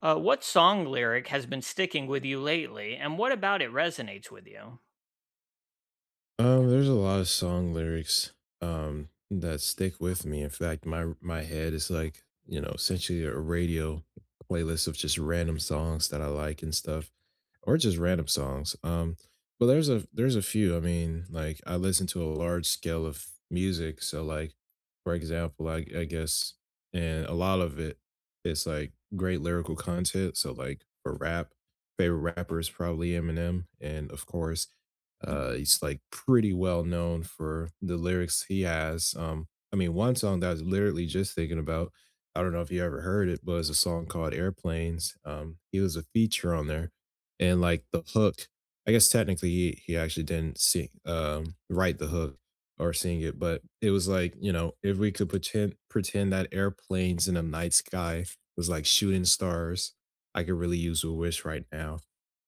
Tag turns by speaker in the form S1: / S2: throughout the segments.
S1: What song lyric has been sticking with you lately, and what about it resonates with you?
S2: There's a lot of song lyrics that stick with me. In fact, my head is like, you know, essentially a radio playlist of just random songs that I like and stuff or just random songs. But there's a few. I mean, like I listen to a large scale of music, so like for example, I guess, and a lot of it is like great lyrical content. So like for rap, favorite rapper is probably Eminem, and of course, he's like pretty well known for the lyrics he has. I mean, one song that I was literally just thinking about. I don't know if you ever heard it, but it's a song called Airplanes. He was a feature on there, and like the hook, I guess technically he actually didn't see write the hook or sing it, but it was like, you know, if we could pretend that airplanes in the night sky was like shooting stars, I could really use a wish right now.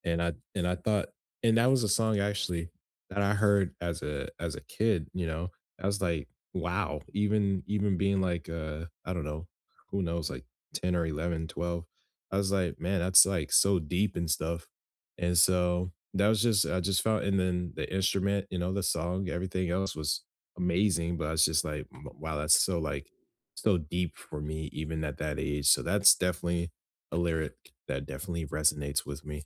S2: And I thought, and that was a song actually that I heard as a kid. You know, I was like, wow, even being like, I don't know, who knows, like 10 or 11, 12. I was like, man, that's like so deep and stuff. And so that was just, I just felt, and then the instrument, you know, the song, everything else was amazing, but I was just like, " wow, that's so like so deep for me even at that age. So that's definitely a lyric that definitely resonates with me.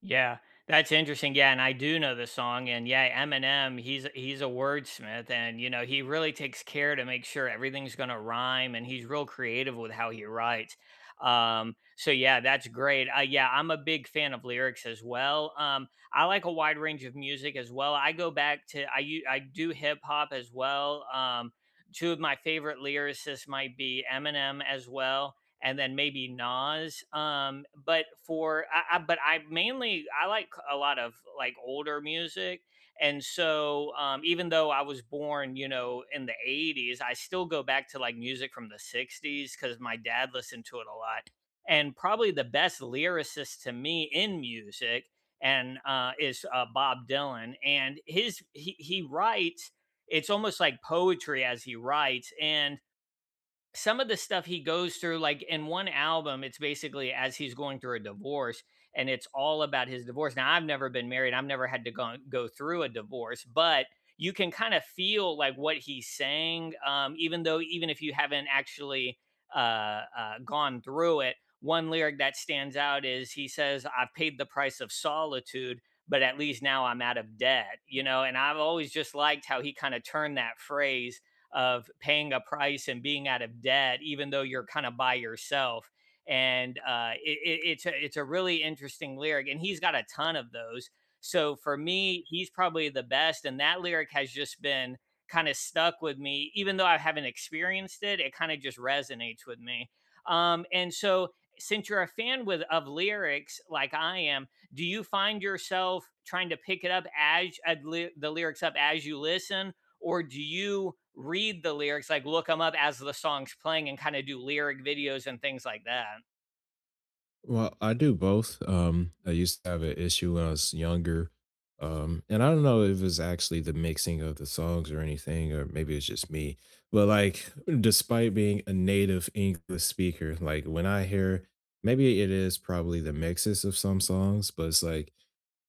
S1: Yeah, that's interesting. Yeah, and I do know the song. And yeah, Eminem, he's a wordsmith, and you know he really takes care to make sure everything's gonna rhyme, and he's real creative with how he writes. So yeah, that's great. Yeah, I'm a big fan of lyrics as well. I like a wide range of music as well. I go back to I do hip hop as well. Two of my favorite lyricists might be Eminem as well and then maybe Nas. But I mainly I like a lot of like older music, and so even though I was born, you know, in the '80s, I still go back to like music from the '60s because my dad listened to it a lot. And probably the best lyricist to me in music and is Bob Dylan, and he writes. It's almost like poetry as he writes, and some of the stuff he goes through, like in one album, it's basically as he's going through a divorce, and it's all about his divorce. Now, I've never been married, I've never had to go through a divorce, but you can kind of feel like what he's saying, even though, even if you haven't actually gone through it. One lyric that stands out is he says, I've paid the price of solitude, but at least now I'm out of debt, you know? And I've always just liked how he kind of turned that phrase of paying a price and being out of debt, even though you're kind of by yourself. And it, it, it's a really interesting lyric, and he's got a ton of those. So for me, he's probably the best, and that lyric has just been kind of stuck with me, even though I haven't experienced it. It kind of just resonates with me. And so, since you're a fan with of lyrics like I am, do you find yourself trying to pick it up as the lyrics up as you listen, or do you read the lyrics, like look them up as the song's playing and kind of do lyric videos and things like that?
S2: Well, I do both. I used to have an issue when I was younger. And I don't know if it's actually the mixing of the songs or anything, or maybe it's just me. But like, despite being a native English speaker, like when I hear, maybe it is probably the mixes of some songs, but it's like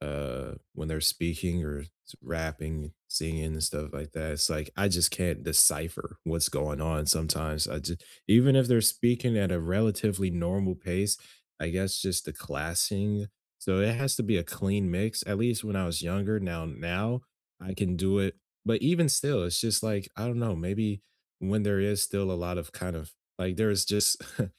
S2: when they're speaking rapping, singing and stuff like that, it's like I just can't decipher what's going on sometimes. I just, even if they're speaking at a relatively normal pace, I guess just the classing. So it has to be a clean mix, at least when I was younger. Now I can do it, but even still, it's just like, I don't know, maybe when there is still a lot of kind of like there's just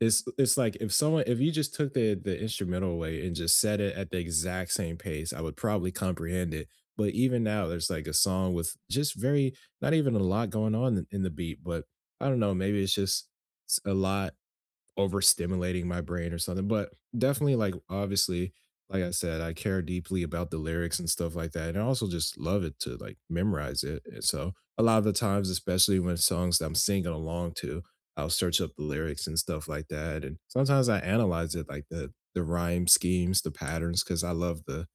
S2: It's like if someone, if you just took the instrumental away and just set it at the exact same pace, I would probably comprehend it. But even now, there's like a song with just very not even a lot going on in the beat, but I don't know, maybe it's just a lot overstimulating my brain or something, but definitely, like, obviously, like I said, I care deeply about the lyrics and stuff like that, and I also just love it to, like, memorize it, and so a lot of the times, especially when songs that I'm singing along to, I'll search up the lyrics and stuff like that, and sometimes I analyze it, like, the rhyme schemes, the patterns, because I love the,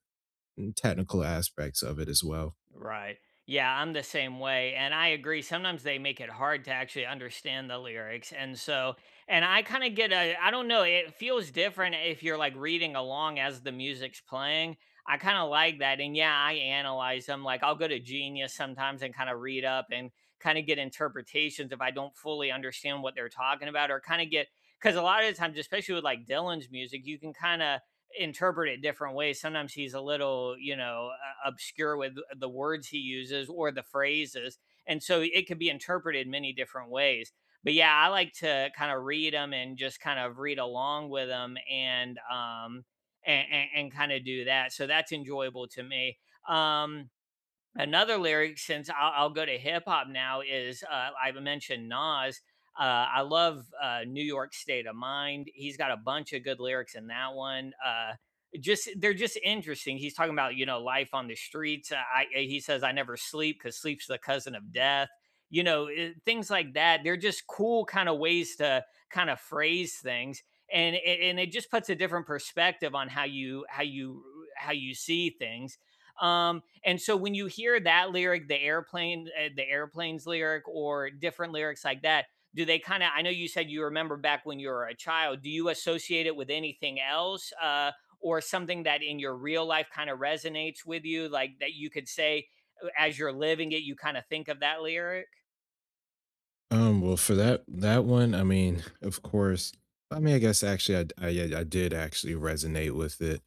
S2: technical aspects of it as well.
S1: Right. Yeah, I'm the same way. And I agree. Sometimes they make it hard to actually understand the lyrics. And so, and I kind of get a, I don't know, it feels different if you're like reading along as the music's playing. I kind of like that. And yeah, I analyze them. Like I'll go to Genius sometimes and kind of read up and kind of get interpretations if I don't fully understand what they're talking about or kind of get, because a lot of the times, especially with like Dylan's music, you can kind of interpret it different ways. Sometimes he's a little, you know, obscure with the words he uses or the phrases. And so it could be interpreted many different ways. But yeah, I like to kind of read them and just kind of read along with them and kind of do that. So that's enjoyable to me. Um Another lyric, since I'll go to hip hop now, is I've mentioned Nas. Uh, I love New York State of Mind. He's got a bunch of good lyrics in that one. Just they're just interesting. He's talking about you know life on the streets. He says I never sleep because sleep's the cousin of death. You know things like that. They're just cool kind of ways to kind of phrase things, and it just puts a different perspective on how you see things, and so when you hear that lyric, the airplanes lyric, or different lyrics like that, do they kind of? I know you said you remember back when you were a child. Do you associate it with anything else, or something that in your real life kind of resonates with you, like that you could say as you're living it, you kind of think of that lyric?
S2: Well, for that one, I mean, of course, I mean, I guess actually, yeah, I did actually resonate with it,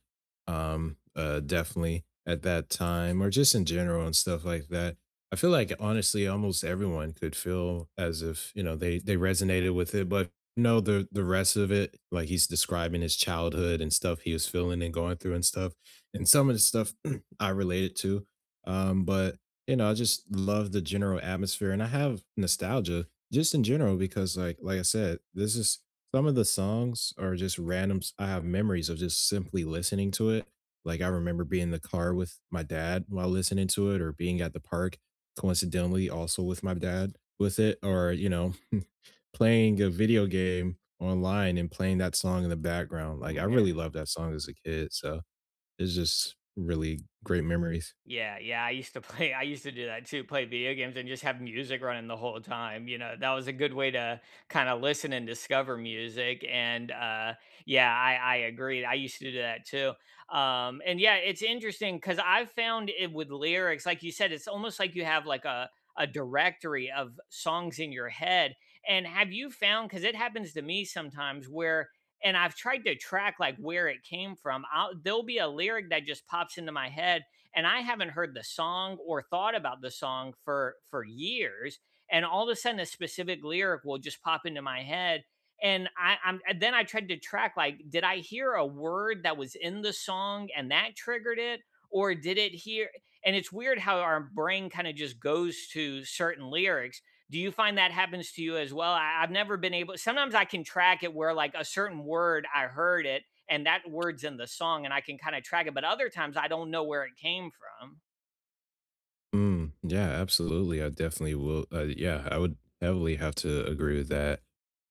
S2: definitely at that time, or just in general and stuff like that. I feel like honestly, almost everyone could feel as if, you know, they resonated with it, but no, the rest of it, like he's describing his childhood and stuff he was feeling and going through and stuff, and some of the stuff I related to, but you know, I just love the general atmosphere, and I have nostalgia just in general, because like I said, this is some of the songs are just randoms. I have memories of just simply listening to it. Like I remember being in the car with my dad while listening to it, or being at the park, coincidentally also with my dad with it, or you know, playing a video game online and playing that song in the background. Like I really loved that song as a kid. So it's just really great memories.
S1: Yeah, yeah, I used to play I used to do that too, play video games and just have music running the whole time, you know, that was a good way to kinda listen and discover music, and, yeah, I agree, I used to do that too, and yeah, it's interesting because 'cause I've found it with lyrics, like you said, it's almost like you have, like, a directory of songs in your head, and have you found? Because it happens to me sometimes where and I've tried to track, like, where it came from, I'll there'll be a lyric that just pops into my head and I haven't heard the song or thought about the song for years. And all of a sudden, a specific lyric will just pop into my head. And I'm and then I tried to track like, did I hear a word that was in the song and that triggered it? Or did it hear? And it's weird how our brain kind of just goes to certain lyrics. Do you find that happens to you as well? I've never been able. Sometimes I can track it where like a certain word I heard it, and that word's in the song and I can kind of track it. But other times I don't know where it came from.
S2: Mm, yeah, absolutely. I definitely will. Yeah, I would heavily have to agree with that.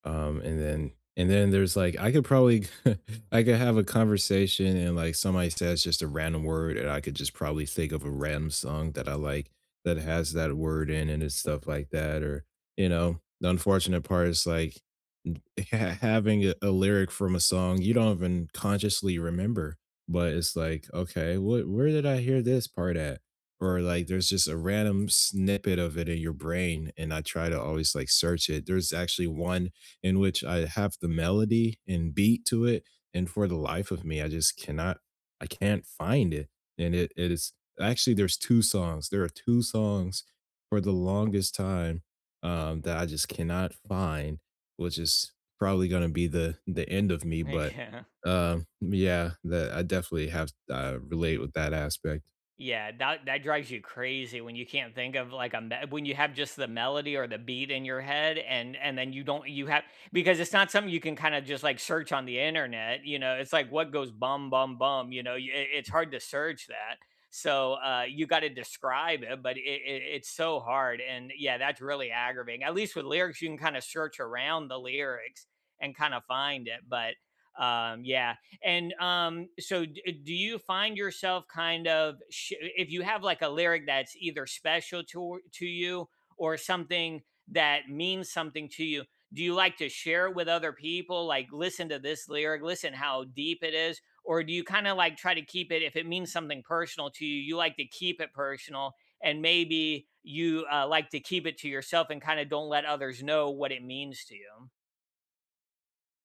S2: And then and then there's like I could probably I could have a conversation and like somebody says just a random word and I could just probably think of a random song that I like that has that word in it and stuff like that. Or you know, the unfortunate part is like n- having a lyric from a song you don't even consciously remember, but it's like, okay, what, where did I hear this part at? Or like there's just a random snippet of it in your brain, and I try to always like search it. There's actually one in which I have the melody and beat to it, and for the life of me I just cannot, I can't find it. And it is actually, there are two songs for the longest time that I just cannot find, which is probably going to be the end of me. But
S1: Yeah.
S2: yeah, that I definitely have, relate with that aspect.
S1: Yeah, that that drives you crazy when you can't think of like a me when you have just the melody or the beat in your head and then you don't you have because it's not something you can kind of just like search on the internet, you know, it's like what goes bum bum bum, you know, it's hard to search that. So you got to describe it, but it's so hard, and yeah, that's really aggravating. At least with lyrics, you can kind of search around the lyrics and kind of find it, but yeah and so, do you find yourself kind of if you have like a lyric that's either special to you or something that means something to you? Do you like to share it with other people? Like, listen to this lyric, listen how deep it is, or do you kind of like try to keep it if it means something personal to you? You like to keep it personal, and maybe you like to keep it to yourself and kind of don't let others know what it means to you.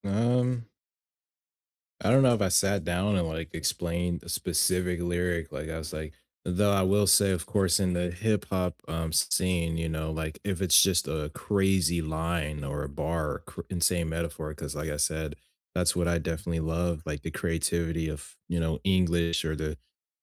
S2: um I don't know if I sat down and like explained a specific lyric. Like I was like, though I will say, of course, in the hip hop scene, you know, like if it's just a crazy line or a bar, or insane metaphor, because like I said, that's what I definitely love, like the creativity of, you know, English or the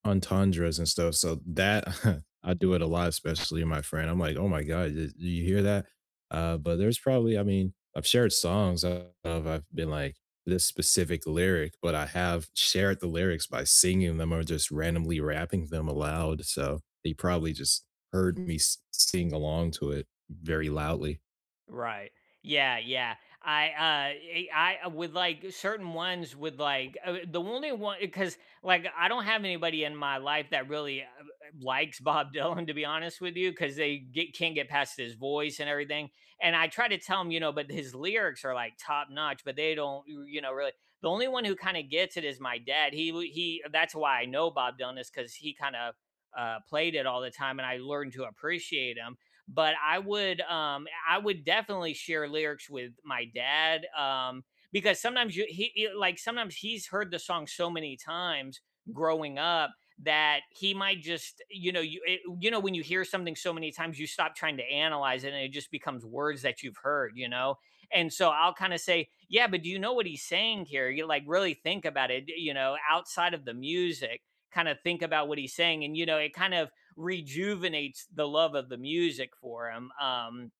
S2: entendres and stuff. So that I do it a lot, especially my friend. I'm like, oh my god, did you hear that? But there's probably, I mean, I've shared songs of, I've been like this specific lyric, but I have shared the lyrics by singing them or just randomly rapping them aloud, so he probably just heard me s sing along to it very loudly.
S1: Right. Yeah, yeah. With like certain ones with like the only one because like I don't have anybody in my life that really likes Bob Dylan to be honest with you because can't get past his voice and everything, and I try to tell them you know but his lyrics are like top notch but they don't you know really. The only one who kind of gets it is my dad, he w- he that's why I know Bob Dylan is because he kind of played it all the time and I learned to appreciate him, but I would definitely share lyrics with my dad, because sometimes like sometimes he's heard the song so many times growing up, that he might just you know you know when you hear something so many times you stop trying to analyze it and it just becomes words that you've heard, you know. And so I'll kind of say yeah, but do you know what he's saying here, you like really think about it, you know, outside of the music, kind of think about what he's saying. And you know it kind of rejuvenates the love of the music for him.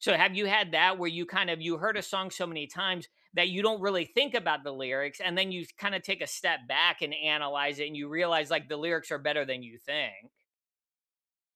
S1: So have you had that where you kind of you heard a song so many times that you don't really think about the lyrics and then you kind of take a step back and analyze it and you realize like the lyrics are better than you think?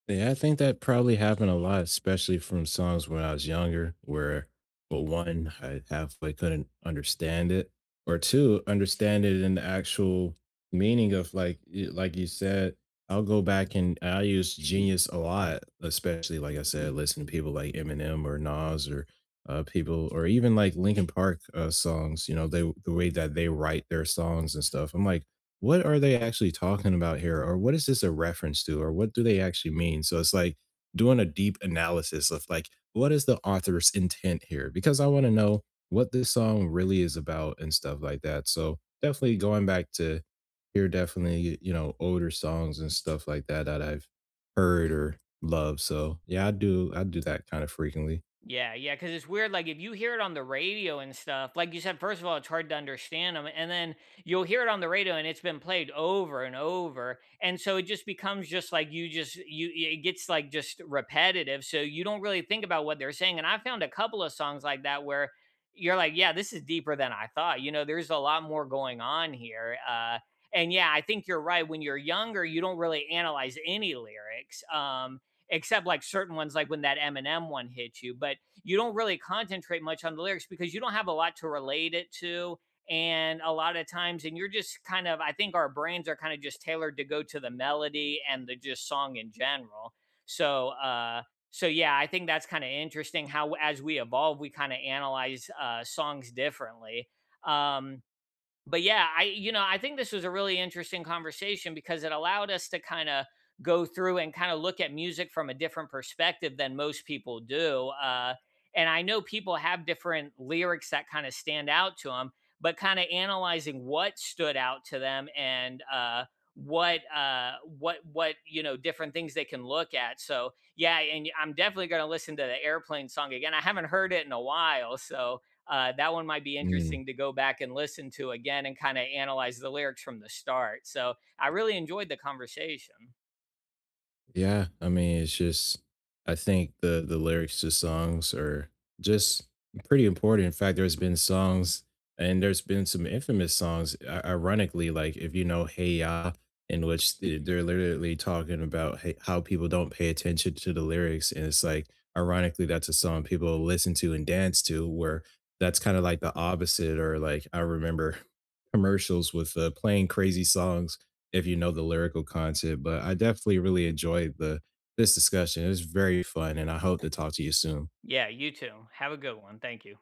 S2: Yeah, I think that probably happened a lot, especially from songs when I was younger, where, well, one, I halfway couldn't understand it, or two, understand it in the actual meaning of like, like you said, I'll go back and I use Genius a lot, especially like I said, listening to people like Eminem or Nas or people, or even like Linkin Park songs. You know, they the way that they write their songs and stuff. I'm like, what are they actually talking about here? Or what is this a reference to? Or what do they actually mean? So it's like doing a deep analysis of like, what is the author's intent here? Because I want to know what this song really is about and stuff like that. So definitely going back to hear definitely, you know, older songs and stuff like that that I've heard or loved. So yeah, I do that kind of frequently.
S1: Yeah, yeah, because it's weird. Like if you hear it on the radio and stuff, like you said, first of all, it's hard to understand them, and then you'll hear it on the radio, and it's been played over and over, and so it just becomes just like you just you it gets like just repetitive, so you don't really think about what they're saying. And I found a couple of songs like that where you're like, yeah, this is deeper than I thought. You know, there's a lot more going on here. And yeah, I think you're right. When you're younger, you don't really analyze any lyrics. Except like certain ones, like when that Eminem one hit you. But you don't really concentrate much on the lyrics because you don't have a lot to relate it to. And a lot of times, and you're just kind of, I think our brains are kind of just tailored to go to the melody and the just song in general. So, uh, so yeah, I think that's kind of interesting how as we evolve, we kind of analyze songs differently. Um, but yeah, I you know, I think this was a really interesting conversation because it allowed us to kind of go through and kind of look at music from a different perspective than most people do. And I know people have different lyrics that kind of stand out to them, but kind of analyzing what stood out to them and what you know different things they can look at. So yeah, and I'm definitely going to listen to the airplane song again. I haven't heard it in a while, so that one might be
S2: Mm.
S1: interesting to go back and listen to again and kind of analyze the lyrics from the start. So I really enjoyed the conversation.
S2: Yeah, I mean, it's just I think the lyrics to songs are just pretty important. In fact, there's been songs and there's been some infamous songs, ironically, like if you know Hey Ya, in which they're literally talking about, hey, how people don't pay attention to the lyrics. And it's like, ironically, that's a song people listen to and dance to, where that's kind of like the opposite. Or like I remember commercials with playing crazy songs if you know the lyrical content, but I definitely really enjoyed the this discussion. It was very fun, and I hope to talk to you soon.
S1: Yeah, you too. Have a good one. Thank you.